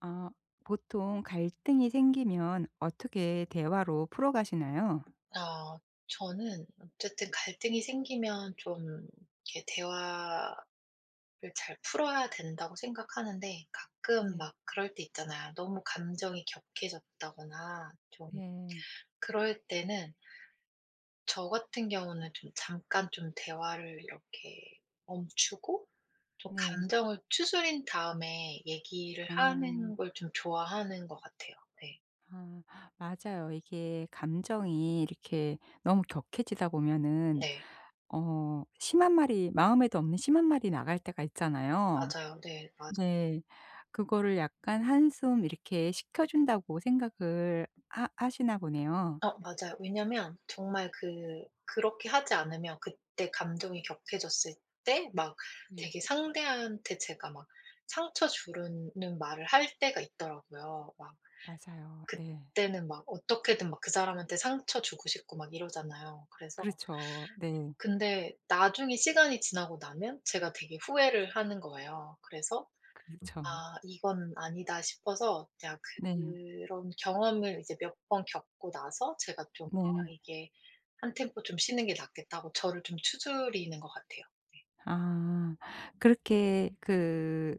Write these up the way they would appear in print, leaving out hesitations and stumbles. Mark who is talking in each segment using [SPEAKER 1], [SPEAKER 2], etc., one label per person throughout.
[SPEAKER 1] 아, 보통 갈등이 생기면 어떻게 대화로 풀어가시나요?
[SPEAKER 2] 아 저는 어쨌든 갈등이 생기면 좀 이렇게 대화를 잘 풀어야 된다고 생각하는데 가끔
[SPEAKER 1] 네.
[SPEAKER 2] 막 그럴 때 있잖아요. 너무 감정이 격해졌다거나 좀
[SPEAKER 1] 네.
[SPEAKER 2] 그럴 때는 저 같은 경우는 좀 잠깐 좀 대화를 이렇게 멈추고 좀
[SPEAKER 1] 네.
[SPEAKER 2] 감정을 추스린 다음에 얘기를
[SPEAKER 1] 아.
[SPEAKER 2] 하는 걸 좀 좋아하는 것 같아요. 네.
[SPEAKER 1] 아, 맞아요. 이게 감정이 이렇게 너무 격해지다 보면은
[SPEAKER 2] 네.
[SPEAKER 1] 심한 말이, 마음에도 없는 심한 말이 나갈 때가 있잖아요.
[SPEAKER 2] 맞아요. 네. 맞
[SPEAKER 1] 네. 그거를 약간 한숨 이렇게 식혀준다고 생각을 하 하시나 보네요.
[SPEAKER 2] 어 맞아요. 왜냐면 정말 그렇게 하지 않으면 그때 감정이 격해졌을 때 막
[SPEAKER 1] 네.
[SPEAKER 2] 되게 상대한테 제가 막 상처 주는 말을 할 때가 있더라고요. 막
[SPEAKER 1] 맞아요. 네.
[SPEAKER 2] 그때는 막 어떻게든 막 그 사람한테 상처 주고 싶고 막 이러잖아요. 그래서
[SPEAKER 1] 그렇죠. 네.
[SPEAKER 2] 근데 나중에 시간이 지나고 나면 제가 되게 후회를 하는 거예요. 그래서
[SPEAKER 1] 그렇죠.
[SPEAKER 2] '아 이건 아니다.' 싶어서 그냥
[SPEAKER 1] 네.
[SPEAKER 2] 그런 경험을 이제 몇 번 겪고 나서 제가 좀 '아
[SPEAKER 1] 네.
[SPEAKER 2] 이게' '한 템포 좀 쉬는 게 낫겠다.'고 저를 좀 추스리는 것 같아요. 네.
[SPEAKER 1] 아. 그렇게 그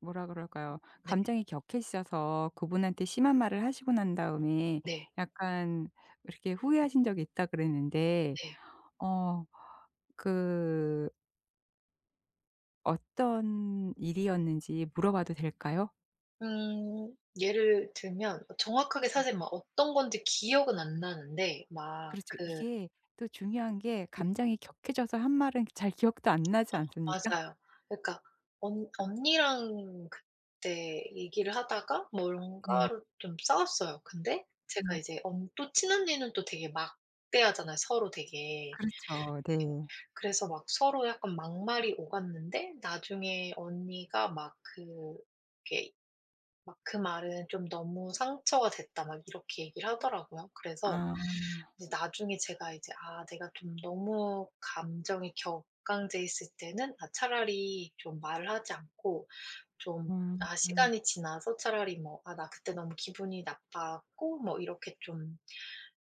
[SPEAKER 1] 뭐라 그럴까요?
[SPEAKER 2] 네.
[SPEAKER 1] 감정이 격해지셔서 그분한테 심한 말을 하시고 난 다음에
[SPEAKER 2] 네.
[SPEAKER 1] 약간 이렇게 후회하신 적이 있다 그랬는데
[SPEAKER 2] 네.
[SPEAKER 1] 어 그 어떤 일이었는지 물어봐도 될까요?
[SPEAKER 2] 예를 들면 정확하게
[SPEAKER 1] 네.
[SPEAKER 2] 사실 막 어떤 건지 기억은 안 나는데 막
[SPEAKER 1] 그렇죠.
[SPEAKER 2] 그
[SPEAKER 1] 이게 또 중요한 게,
[SPEAKER 2] 네
[SPEAKER 1] 감정이 격해져서 한 말은 잘 기억도 안 나지 않습니까?
[SPEAKER 2] 맞아요. 그러니까 언 언니랑 그때 얘기를 하다가
[SPEAKER 1] 네.
[SPEAKER 2] 뭔가로 좀 싸웠어요. 근데 제가
[SPEAKER 1] 음.
[SPEAKER 2] 이제 언 또 친언니는 또 되게 막대하잖아요 서로 되게.
[SPEAKER 1] 그렇죠. 네.
[SPEAKER 2] 그래서 막 서로 약간 막말이 오갔는데 나중에 언니가 막 그 이렇게 막 "그 말은 좀 너무 상처가 됐다." 막 이렇게 얘기를 하더라고요. 그래서
[SPEAKER 1] 아.
[SPEAKER 2] 이제 나중에 제가 이제 '아 내가 좀 너무 감정이 격강돼 있을 때는 아 차라리 좀 말을 하지 않고 좀
[SPEAKER 1] 음. 음.
[SPEAKER 2] 시간이 지나서 차라리 뭐 '아 나 그때 너무 기분이 나빴고.' 뭐 이렇게 좀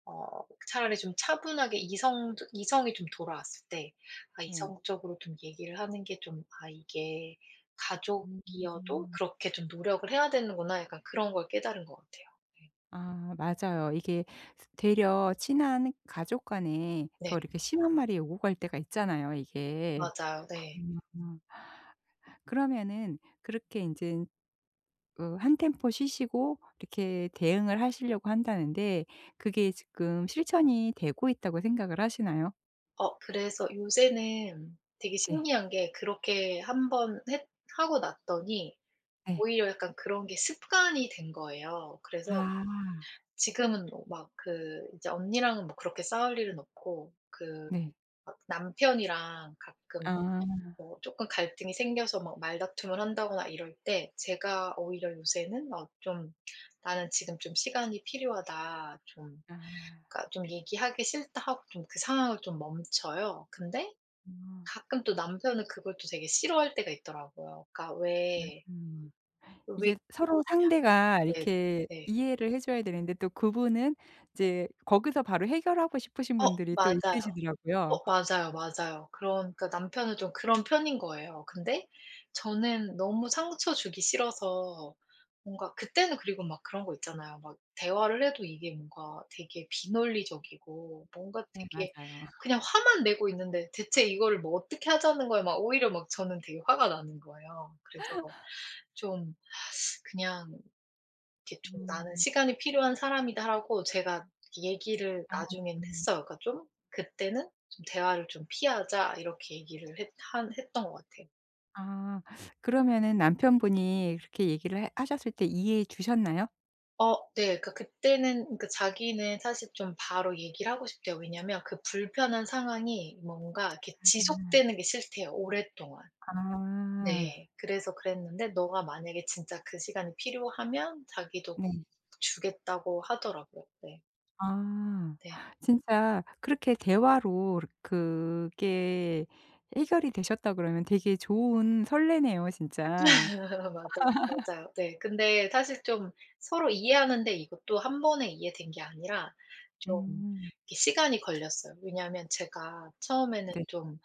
[SPEAKER 2] 차라리 좀 차분하게 이성이 좀 돌아왔을 때
[SPEAKER 1] 네.
[SPEAKER 2] 이성적으로 좀 얘기를 하는 게 좀 '아 이게 가족이어도
[SPEAKER 1] 음.
[SPEAKER 2] 그렇게 좀 노력을 해야 되는구나.' 약간 그런 걸 깨달은 것 같아요. 네.
[SPEAKER 1] 아, 맞아요. 이게 되려 친한 가족 간에
[SPEAKER 2] 네.
[SPEAKER 1] 더 이렇게 심한 말이 오고 갈 때가 있잖아요 이게.
[SPEAKER 2] 맞아요. 네.
[SPEAKER 1] 음. 그러면은 그렇게 인제 한 템포 쉬시고 이렇게 대응을 하시려고 한다는데, 그게 지금 실천이 되고 있다고 생각을 하시나요?
[SPEAKER 2] 그래서 요새는 되게
[SPEAKER 1] 네.
[SPEAKER 2] 신기한 게 그렇게 한번 했 하고 났더니
[SPEAKER 1] 네.
[SPEAKER 2] 오히려 약간 그런 게 습관이 된 거예요. 그래서
[SPEAKER 1] 아.
[SPEAKER 2] 지금은 막 그 이제 언니랑은 뭐 그렇게 싸울 일은 없고 그
[SPEAKER 1] 네.
[SPEAKER 2] 막 남편이랑 가끔
[SPEAKER 1] 아.
[SPEAKER 2] 뭐금 갈등이 생겨서 막 말다툼을 한다거나 이럴 때 제가 오히려 요새는 막 좀 '나는 지금 좀 시간이 필요하다.' 좀
[SPEAKER 1] 아.
[SPEAKER 2] 그러니까 좀 '얘기하기 싫다.' 하고 좀 그 상황을 좀 멈춰요. 근데
[SPEAKER 1] 어.
[SPEAKER 2] 가끔 또 남편은 그걸 또 되게 싫어할 때가 있더라고요. 그러니까
[SPEAKER 1] 맞
[SPEAKER 2] 왜 왜
[SPEAKER 1] 이게 서로 상대가
[SPEAKER 2] 네.
[SPEAKER 1] 이렇게
[SPEAKER 2] 네.
[SPEAKER 1] 이해를 해 줘야 되는데, 또 그분은 이제 거기서 바로 해결하고 싶으신 분들이 또
[SPEAKER 2] 맞아요.
[SPEAKER 1] 있으시더라고요.
[SPEAKER 2] 맞아요, 맞아요. 그러니까 남편은 좀 그런 편인 거예요. 근데 저는 너무 상처 주기 싫어서 뭔가 그때는 그리고 막 그런 거 있잖아요. 막 대화를 해도 이게 뭔가 되게 비논리적이고 뭔가
[SPEAKER 1] 네,
[SPEAKER 2] 되게
[SPEAKER 1] 맞아요.
[SPEAKER 2] 그냥 화만 내고 있는데 대체 이거를 뭐 어떻게 하자는 거야. 막 오히려 막 저는 되게 화가 나는 거예요. 그래서 좀 그냥 이렇게 좀 "나는
[SPEAKER 1] 음.
[SPEAKER 2] 시간이 필요한 사람이다."라고 제가 얘기를
[SPEAKER 1] 아.
[SPEAKER 2] 나중에
[SPEAKER 1] 음.
[SPEAKER 2] 했어요. 그러니까 좀 "그때는 좀 대화를 좀 피하자." 이렇게 얘기를 했 한 했던 것 같아요.
[SPEAKER 1] 아. 그러면은 남편분이 그렇게 얘기를 해 하셨을 때 이해해 주셨나요?
[SPEAKER 2] 네. 그러니까 그때는 그러니까 자기는 사실 좀 바로 얘기를 하고 싶대요. 왜냐면 그 불편한 상황이 뭔가 이렇게
[SPEAKER 1] 음.
[SPEAKER 2] 지속되는 게 싫대요, 오랫동안.
[SPEAKER 1] 아.
[SPEAKER 2] 네. 그래서 그랬는데 "너가 만약에 진짜 그 시간이 필요하면 자기도
[SPEAKER 1] 네.
[SPEAKER 2] 주겠다."고 하더라고요. 네.
[SPEAKER 1] 아.
[SPEAKER 2] 네.
[SPEAKER 1] 진짜 그렇게 대화로 그게 해결이 되셨다 그러면 되게 좋은, 설레네요 진짜.
[SPEAKER 2] 맞아요, 맞아요. 네. 근데 사실 좀 서로 이해하는데 이것도 한 번에 이해된 게 아니라 좀
[SPEAKER 1] 음.
[SPEAKER 2] 이렇게 시간이 걸렸어요. 왜냐하면 제가 처음에는
[SPEAKER 1] 네.
[SPEAKER 2] 좀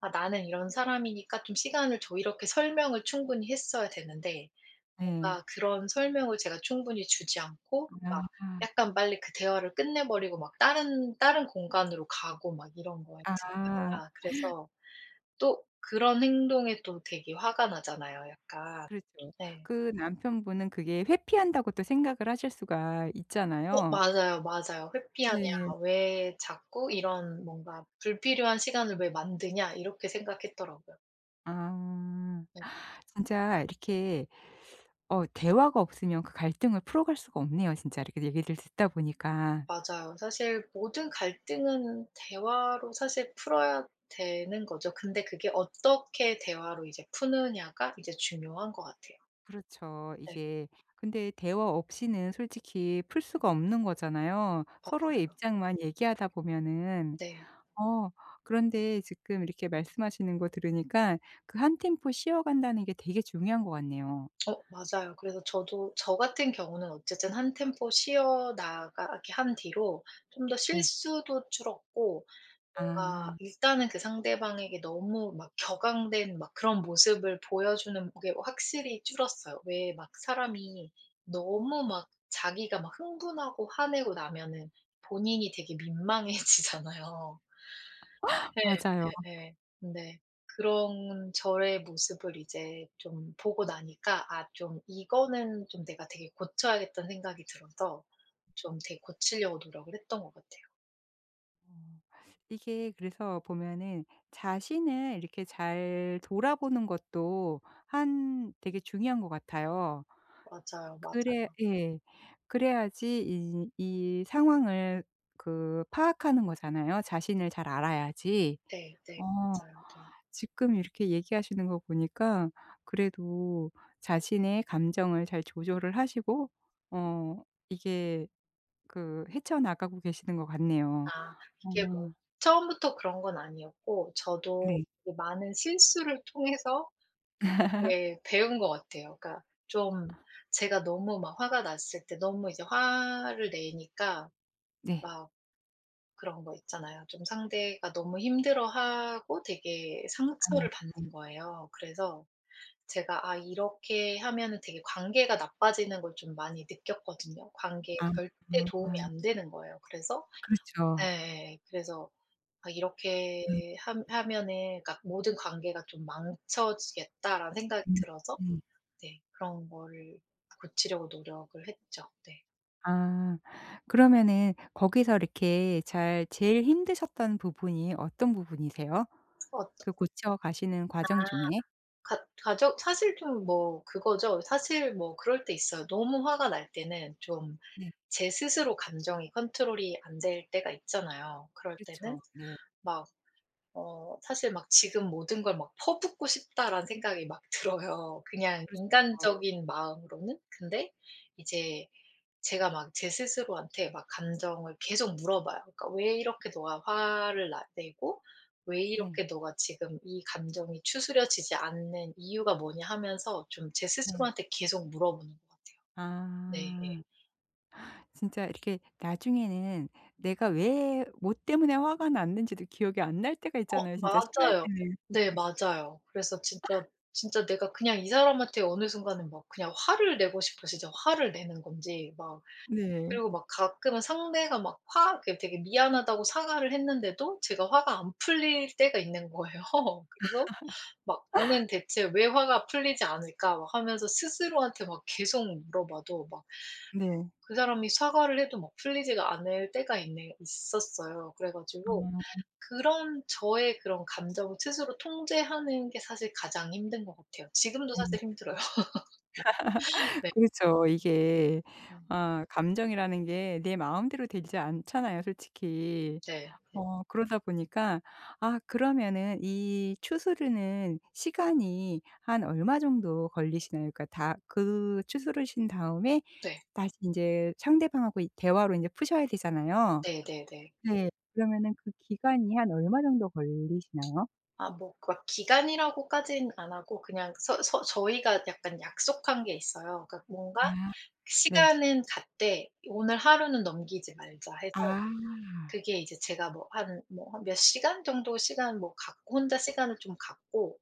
[SPEAKER 2] '아 나는 이런 사람이니까 좀 시간을 줘.' 이렇게 설명을 충분히 했어야 되는데
[SPEAKER 1] 네.
[SPEAKER 2] 뭔가 그런 설명을 제가 충분히 주지 않고 막
[SPEAKER 1] 아.
[SPEAKER 2] 약간 빨리 그 대화를 끝내 버리고 막 다른 공간으로 가고 막 이런 거예요
[SPEAKER 1] 아.
[SPEAKER 2] 제가. 그래서 또 그런 행동에 또 되게 화가 나잖아요 약간.
[SPEAKER 1] 그렇죠.
[SPEAKER 2] 네.
[SPEAKER 1] 그 남편분은 그게 회피한다고 또 생각을 하실 수가 있잖아요.
[SPEAKER 2] 맞아요, 맞아요. '회피하냐.
[SPEAKER 1] 네.
[SPEAKER 2] 왜 자꾸 이런 뭔가 불필요한 시간을 왜 만드냐.' 이렇게 생각했더라고요.
[SPEAKER 1] 아.
[SPEAKER 2] 네
[SPEAKER 1] 진짜 이렇게 대화가 없으면 그 갈등을 풀어갈 수가 없네요, 진짜 이렇게 얘기를 듣다 보니까.
[SPEAKER 2] 맞아요. 사실 모든 갈등은 대화로 사실 풀어야 되는 거죠. 근데 그게 어떻게 대화로 이제 푸느냐가 이제 중요한 것 같아요.
[SPEAKER 1] 그렇죠.
[SPEAKER 2] 네
[SPEAKER 1] 이게 근데 대화 없이는 솔직히 풀 수가 없는 거잖아요. 서로의
[SPEAKER 2] 맞아요.
[SPEAKER 1] 입장만 얘기하다 보면은.
[SPEAKER 2] 네.
[SPEAKER 1] 어 그런데 지금 이렇게 말씀하시는 거 들으니까, 그 한 템포 쉬어간다는 게 되게 중요한 것 같네요.
[SPEAKER 2] 맞아요. 그래서 저도 저 같은 경우는 어쨌든 한 템포 쉬어 나가게 한 뒤로 좀 더
[SPEAKER 1] 네.
[SPEAKER 2] 실수도 줄었고
[SPEAKER 1] 아
[SPEAKER 2] 뭔가 일단은 그 상대방에게 너무 막 격앙된 막 그런 모습을 보여주는 게 확실히 줄었어요. 왜 막 사람이 너무 막 자기가 막 흥분하고 화내고 나면은 본인이 되게 민망해지잖아요.
[SPEAKER 1] 맞아요. 어.
[SPEAKER 2] 예예예. 근데 그런 저의 모습을 이제 좀 보고 나니까 '아 좀 이거는 좀 내가 되게 고쳐야겠다.'는 생각이 들어서 좀 되게 고치려고 노력을 했던 것 같아요.
[SPEAKER 1] 이게 그래서 보면은 자신을 이렇게 잘 돌아보는 것도 한 되게 중요한 것 같아요.
[SPEAKER 2] 맞아요, 맞아요.
[SPEAKER 1] 그래, 예. 그래야지 이 상황을 그 파악하는 거잖아요. 자신을 잘 알아야지.
[SPEAKER 2] 네 네.
[SPEAKER 1] 어.
[SPEAKER 2] 맞아요. 네.
[SPEAKER 1] 지금 이렇게 얘기하시는 거 보니까, 그래도 자신의 감정을 잘 조절을 하시고 어 이게 그 헤쳐나가고 계시는 것 같네요.
[SPEAKER 2] 아
[SPEAKER 1] 어
[SPEAKER 2] 이게 뭐 처음부터 그런 건 아니었고 저도
[SPEAKER 1] 네.
[SPEAKER 2] 되게 많은 실수를 통해서 예 배운 것 같아요. 그러니까 좀 제가 너무 막 화가 났을 때 너무 이제 화를 내니까
[SPEAKER 1] 네.
[SPEAKER 2] 막 그런 거 있잖아요. 좀 상대가 너무 힘들어하고 되게 상처를
[SPEAKER 1] 아.
[SPEAKER 2] 받는 거예요. 그래서 제가 '아 이렇게 하면은 되게 관계가 나빠지는 걸 좀 많이 느꼈거든요. 관계에
[SPEAKER 1] 아.
[SPEAKER 2] 절대 도움이
[SPEAKER 1] 아.
[SPEAKER 2] 안 되는 거예요. 그래서
[SPEAKER 1] 그렇죠.
[SPEAKER 2] 예 예. 그래서 이렇게
[SPEAKER 1] 음.
[SPEAKER 2] 함 하면은 그러니까 모든 관계가 좀 망쳐지겠다.'라는 생각이
[SPEAKER 1] 음.
[SPEAKER 2] 들어서
[SPEAKER 1] 네.
[SPEAKER 2] 네 그런 거를 고치려고 노력을 했죠. 네.
[SPEAKER 1] 아. 그러면은 거기서 이렇게 잘, 제일 힘드셨던 부분이 어떤 부분이세요?
[SPEAKER 2] 어
[SPEAKER 1] 그 고쳐 가시는 과정 중에?
[SPEAKER 2] 가 가족 사실 좀 뭐 그거죠. 사실 뭐 그럴 때 있어요. 너무 화가 날 때는 좀
[SPEAKER 1] 네.
[SPEAKER 2] 제 스스로 감정이 컨트롤이 안 될 때가 있잖아요. 그럴 때는
[SPEAKER 1] 그렇죠. 네.
[SPEAKER 2] 막 사실 막 '지금 모든 걸 막 퍼붓고 싶다.'라는 생각이 막 들어요, 그냥
[SPEAKER 1] 그렇죠.
[SPEAKER 2] 인간적인 마음으로는. 근데 이제 제가 막 제 스스로한테 막 감정을 계속 물어봐요. 그러니까 '왜 이렇게 너가 화를 나 내고 왜
[SPEAKER 1] 네.
[SPEAKER 2] 이렇게 너가 지금 이 감정이 추스려지지 않는 이유가 뭐냐?' 하면서 좀 제
[SPEAKER 1] 네.
[SPEAKER 2] 스스로한테 계속 물어보는 것 같아요. 네 예.
[SPEAKER 1] 아. 진짜 이렇게 나중에는 내가 왜, 뭐 때문에 화가 났는지도 기억이 안 날 때가 있잖아요, 진짜 심할
[SPEAKER 2] 맞아요.
[SPEAKER 1] 때는.
[SPEAKER 2] 네 맞아요. 그래서 진짜 진짜 내가 그냥 이 사람한테 어느 순간은 막 그냥 화를 내고 싶어 진짜 화를 내는 건지 막
[SPEAKER 1] 네.
[SPEAKER 2] 그리고 막 가끔은 상대가 막 화 이렇게 되게 미안하다고 사과를 했는데도 제가 화가 안 풀릴 때가 있는 거예요. 그래서 막 '나는 대체 왜 화가 풀리지 않을까?' 막 하면서 스스로한테 막 계속 물어봐도 막
[SPEAKER 1] 네.
[SPEAKER 2] 그 사람이 사과를 해도 막 풀리지가 않을 때가 있네 있었어요. 그래 가지고
[SPEAKER 1] 아.
[SPEAKER 2] 그런 저의 그런 감정을 스스로 통제하는 게 사실 가장 힘든 것 같아요. 지금도
[SPEAKER 1] 음.
[SPEAKER 2] 사실 힘들어요. 네.
[SPEAKER 1] 그렇죠. 이게
[SPEAKER 2] 음.
[SPEAKER 1] 아 감정이라는 게 내 마음대로 되지 않잖아요 솔직히.
[SPEAKER 2] 네. 네.
[SPEAKER 1] 그러다 보니까 아, 그러면은 이 추스르는 시간이 한 얼마 정도 걸리시나요? 그러니까 다 그 추스르신 다음에
[SPEAKER 2] 네.
[SPEAKER 1] 다시 인제 상대방하고 이 대화로 인제 푸셔야 되잖아요.
[SPEAKER 2] 네네네.
[SPEAKER 1] 네. 그러면은 그 기간이 한 얼마 정도 걸리시나요?
[SPEAKER 2] 뭐 그 막 기간이라고까지는 안 하고 그냥 서 서 저희가 약간 약속한 게 있어요. 그러니까 뭔가
[SPEAKER 1] 아. 네.
[SPEAKER 2] 시간은 갔되 오늘 하루는 넘기지 말자 해서
[SPEAKER 1] 아.
[SPEAKER 2] 그게 이제 제가 뭐 한 뭐 한몇 시간 정도 시간 뭐 갖고 혼자 시간을 좀 갖고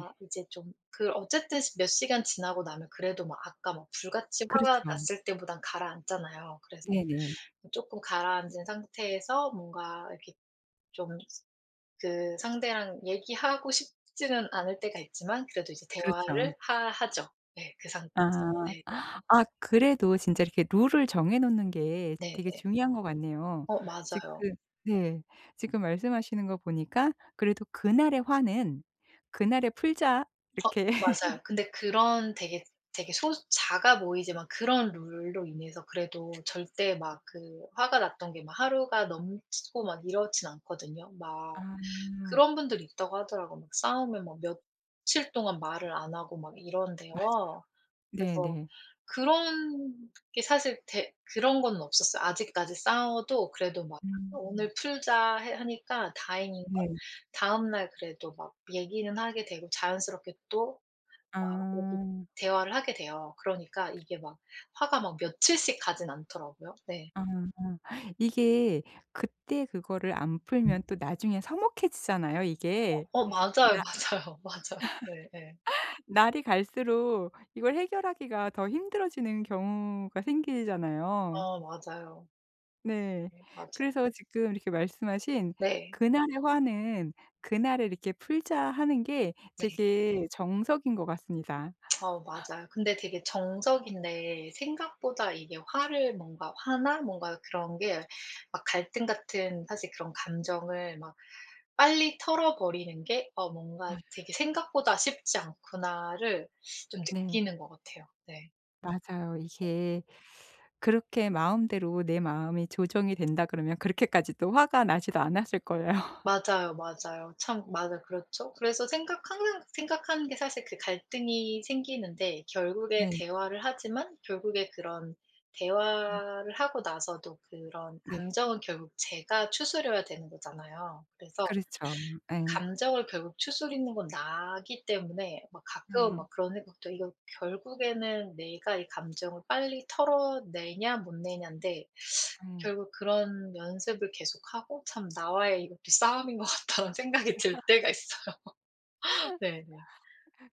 [SPEAKER 2] 이제 좀 그 어쨌든 몇 시간 지나고 나면 그래도 막 아까 막 불같이 화가
[SPEAKER 1] 그렇죠.
[SPEAKER 2] 났을 때보단 가라앉잖아요. 그래서
[SPEAKER 1] 네네.
[SPEAKER 2] 조금 가라앉은 상태에서 뭔가 이렇게 좀 그 상대랑 얘기하고 싶지는 않을 때가 있지만 그래도 이제
[SPEAKER 1] 그렇죠.
[SPEAKER 2] 대화를 하 하죠. 네 그 상태에서.
[SPEAKER 1] 아.
[SPEAKER 2] 네네.
[SPEAKER 1] 아, 그래도 진짜 이렇게 룰을 정해 놓는 게 되게
[SPEAKER 2] 네네.
[SPEAKER 1] 중요한 것 같네요. 지금
[SPEAKER 2] 맞아요.
[SPEAKER 1] 네. 지금 말씀하시는 거 보니까, 그래도 '그날의 화는 그날에 풀자.'
[SPEAKER 2] 어
[SPEAKER 1] 이렇게.
[SPEAKER 2] 맞아요. 근데 그런 되게 되게 소 작아 보이지만 그런 룰로 인해서 그래도 절대 막 그 화가 났던 게 막 하루가 넘치고 막 이렇진 않거든요. 막
[SPEAKER 1] 아.
[SPEAKER 2] 그런 분들이 있다고 하더라고요. 막 싸우면 막 며칠 동안 말을 안 하고 막 이런대요.
[SPEAKER 1] 맞아요.
[SPEAKER 2] 그래서
[SPEAKER 1] 네네.
[SPEAKER 2] 그런 게 사실 대 그런 건 없었어요. 아직까지 싸워도 그래도 막
[SPEAKER 1] 음.
[SPEAKER 2] '오늘 풀자.' 해 하니까 다행인 건
[SPEAKER 1] 네.
[SPEAKER 2] 다음날 그래도 막 얘기는 하게 되고 자연스럽게 또 막 이렇게
[SPEAKER 1] 아.
[SPEAKER 2] 대화를 하게 돼요. 그러니까 이게 막 화가 막 며칠씩 가진 않더라고요. 네.
[SPEAKER 1] 아. 아. 이게 그때 그거를 안 풀면 또 나중에 서먹해지잖아요 이게.
[SPEAKER 2] 맞아요, 맞아요, 맞아요. 네 예.
[SPEAKER 1] 날이 갈수록 이걸 해결하기가 더 힘들어지는 경우가 생기잖아요.
[SPEAKER 2] 맞아요.
[SPEAKER 1] 네.
[SPEAKER 2] 네 맞아
[SPEAKER 1] 그래서 지금 이렇게 말씀하신,
[SPEAKER 2] 네.
[SPEAKER 1] 그날의 화는 '그날에 이렇게 풀자.' 하는 게
[SPEAKER 2] 네.
[SPEAKER 1] 되게 정석인 것 같습니다.
[SPEAKER 2] 맞아요. 근데 되게 정적인데 생각보다 이게 화를 뭔가 화나 뭔가 그런 게 막 갈등 같은 사실 그런 감정을 막 빨리 털어버리는 게 뭔가 되게 생각보다 쉽지 않구나를 좀
[SPEAKER 1] 네.
[SPEAKER 2] 느끼는 것 같아요. 네.
[SPEAKER 1] 맞아요. 이게 그렇게 마음대로 내 마음이 조정이 된다 그러면 그렇게까지 또 화가 나지도 않았을 거예요.
[SPEAKER 2] 맞아요, 맞아요. 참 맞아 그렇죠. 그래서 생각 항상 생각하는 게 사실 그 갈등이 생기는데 결국에
[SPEAKER 1] 네.
[SPEAKER 2] 대화를 하지만 결국에 그런
[SPEAKER 1] 음.
[SPEAKER 2] 대화를 하고 나서도 그런
[SPEAKER 1] 네.
[SPEAKER 2] 감정은 결국 제가 추스려야 되는 거잖아요. 그래서
[SPEAKER 1] 그렇죠. 예.
[SPEAKER 2] 감정을 결국 추스리는 건 나기 때문에 막 가끔은
[SPEAKER 1] 네.
[SPEAKER 2] 막 그런 생각도 '이거 결국에는 내가 이 감정을 빨리 털어내냐 못 내냐인데'
[SPEAKER 1] 예.
[SPEAKER 2] 결국 그런 연습을 계속하고 '참 나와의 이것도 싸움인 것 같다는 생각이 들 때가 있어요. 네네.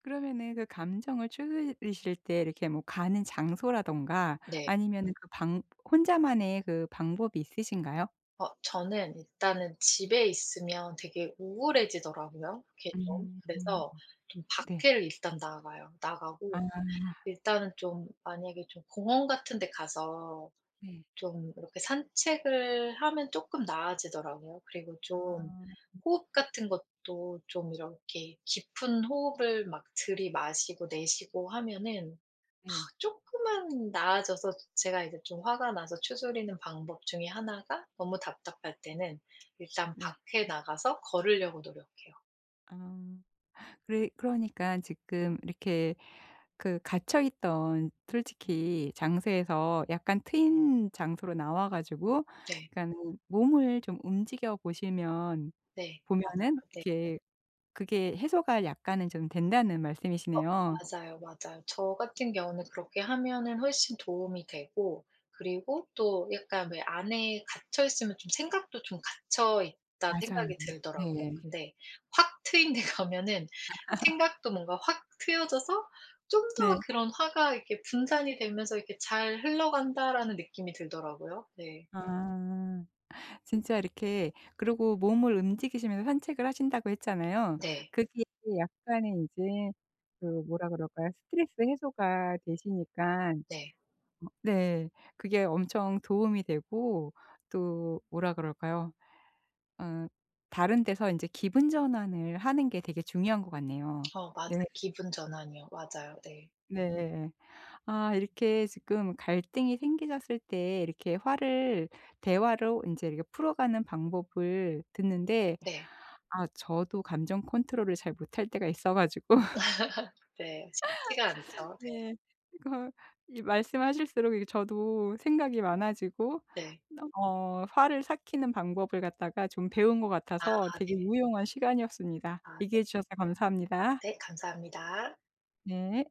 [SPEAKER 1] 그러면은 그 감정을 추스리실 때 이렇게 뭐 가는 장소라든가
[SPEAKER 2] 네.
[SPEAKER 1] 아니면은 그 방 혼자만의 그 방법이 있으신가요?
[SPEAKER 2] 저는 일단은 집에 있으면 되게 우울해지더라고요 그게 좀.
[SPEAKER 1] 음.
[SPEAKER 2] 그래서 좀
[SPEAKER 1] 네.
[SPEAKER 2] 밖에를 일단 나가요. 나가고
[SPEAKER 1] 아
[SPEAKER 2] 일단은 좀 만약에 좀 공원 같은 데 가서
[SPEAKER 1] 네.
[SPEAKER 2] 좀 이렇게 산책을 하면 쪼끔 나아지더라고요. 그리고
[SPEAKER 1] 아
[SPEAKER 2] 좀 호흡 같은 것도 좀 이렇게 깊은 호흡을 막 들이마시고 내쉬고 하면은
[SPEAKER 1] 네.
[SPEAKER 2] 쪼끔은 나아져서 제가 이제 좀 화가 나서 추스리는 방법 중에 하나가 너무 답답할 때는 일단
[SPEAKER 1] 네.
[SPEAKER 2] 밖에 나가서 걸으려고 노력해요.
[SPEAKER 1] 아. 그래 그러니깐 지금 이렇게 그 갇혀 있던, 솔직히, 장소에서 약간 트인 장소로 나와 가지고
[SPEAKER 2] 네.
[SPEAKER 1] 그러니까는 몸을 좀 움직여 보시면,
[SPEAKER 2] 네.
[SPEAKER 1] 보면은
[SPEAKER 2] 맞아요. 네.
[SPEAKER 1] 이렇게 그게 해소가 약간은 좀 된다는 말씀이시네요.
[SPEAKER 2] 맞아요, 맞아요. 저 같은 경우는 그렇게 하면은 훨씬 도움이 되고 그리고 또 약간 왜 안에 갇혀 있으면 좀 생각도 좀 갇혀 있다
[SPEAKER 1] 맞아요.
[SPEAKER 2] 생각이 들더라고요.
[SPEAKER 1] 네.
[SPEAKER 2] 근데 확 트인 데 가면은 생각도 뭔가 확 트여져서 좀 더
[SPEAKER 1] 네.
[SPEAKER 2] 그런 화가 이렇게 분산이 되면서 이렇게 '잘 흘러간다.'라는 느낌이 들더라고요. 네.
[SPEAKER 1] 아. 진짜 이렇게 그리고 몸을 움직이시면서 산책을 하신다고 했잖아요.
[SPEAKER 2] 네.
[SPEAKER 1] 그게 약간의 이제 그 뭐라 그럴까요? 스트레스 해소가 되시니까
[SPEAKER 2] 네.
[SPEAKER 1] 네. 그게 엄청 도움이 되고, 또 뭐라 그럴까요? 어 다른 데서 인제 기분 전환을 하는 게 되게 중요한 것 같네요.
[SPEAKER 2] 어 맞아
[SPEAKER 1] 네.
[SPEAKER 2] 기분 전환이요. 맞아요. 네.
[SPEAKER 1] 네. 아, 이렇게 지금 갈등이 생기셨을 때 이렇게 화를 대화로 이제 이렇게 풀어가는 방법을 듣는데,
[SPEAKER 2] 네.
[SPEAKER 1] 아 저도 감정 컨트롤을 잘 못할 때가 있어 가지고.
[SPEAKER 2] 네. 쉽지가 않죠.
[SPEAKER 1] 네. 이거 이 말씀하실수록 이게 저도 생각이 많아지고
[SPEAKER 2] 네. 네.
[SPEAKER 1] 화를 삭히는 방법을 갖다가 좀 배운 것
[SPEAKER 2] 아
[SPEAKER 1] 같아서
[SPEAKER 2] 네.
[SPEAKER 1] 되게 유용한 시간이었습니다.
[SPEAKER 2] 아
[SPEAKER 1] 얘기해
[SPEAKER 2] 네.
[SPEAKER 1] 주셔서 감사합니다.
[SPEAKER 2] 네, 감사합니다.
[SPEAKER 1] 네.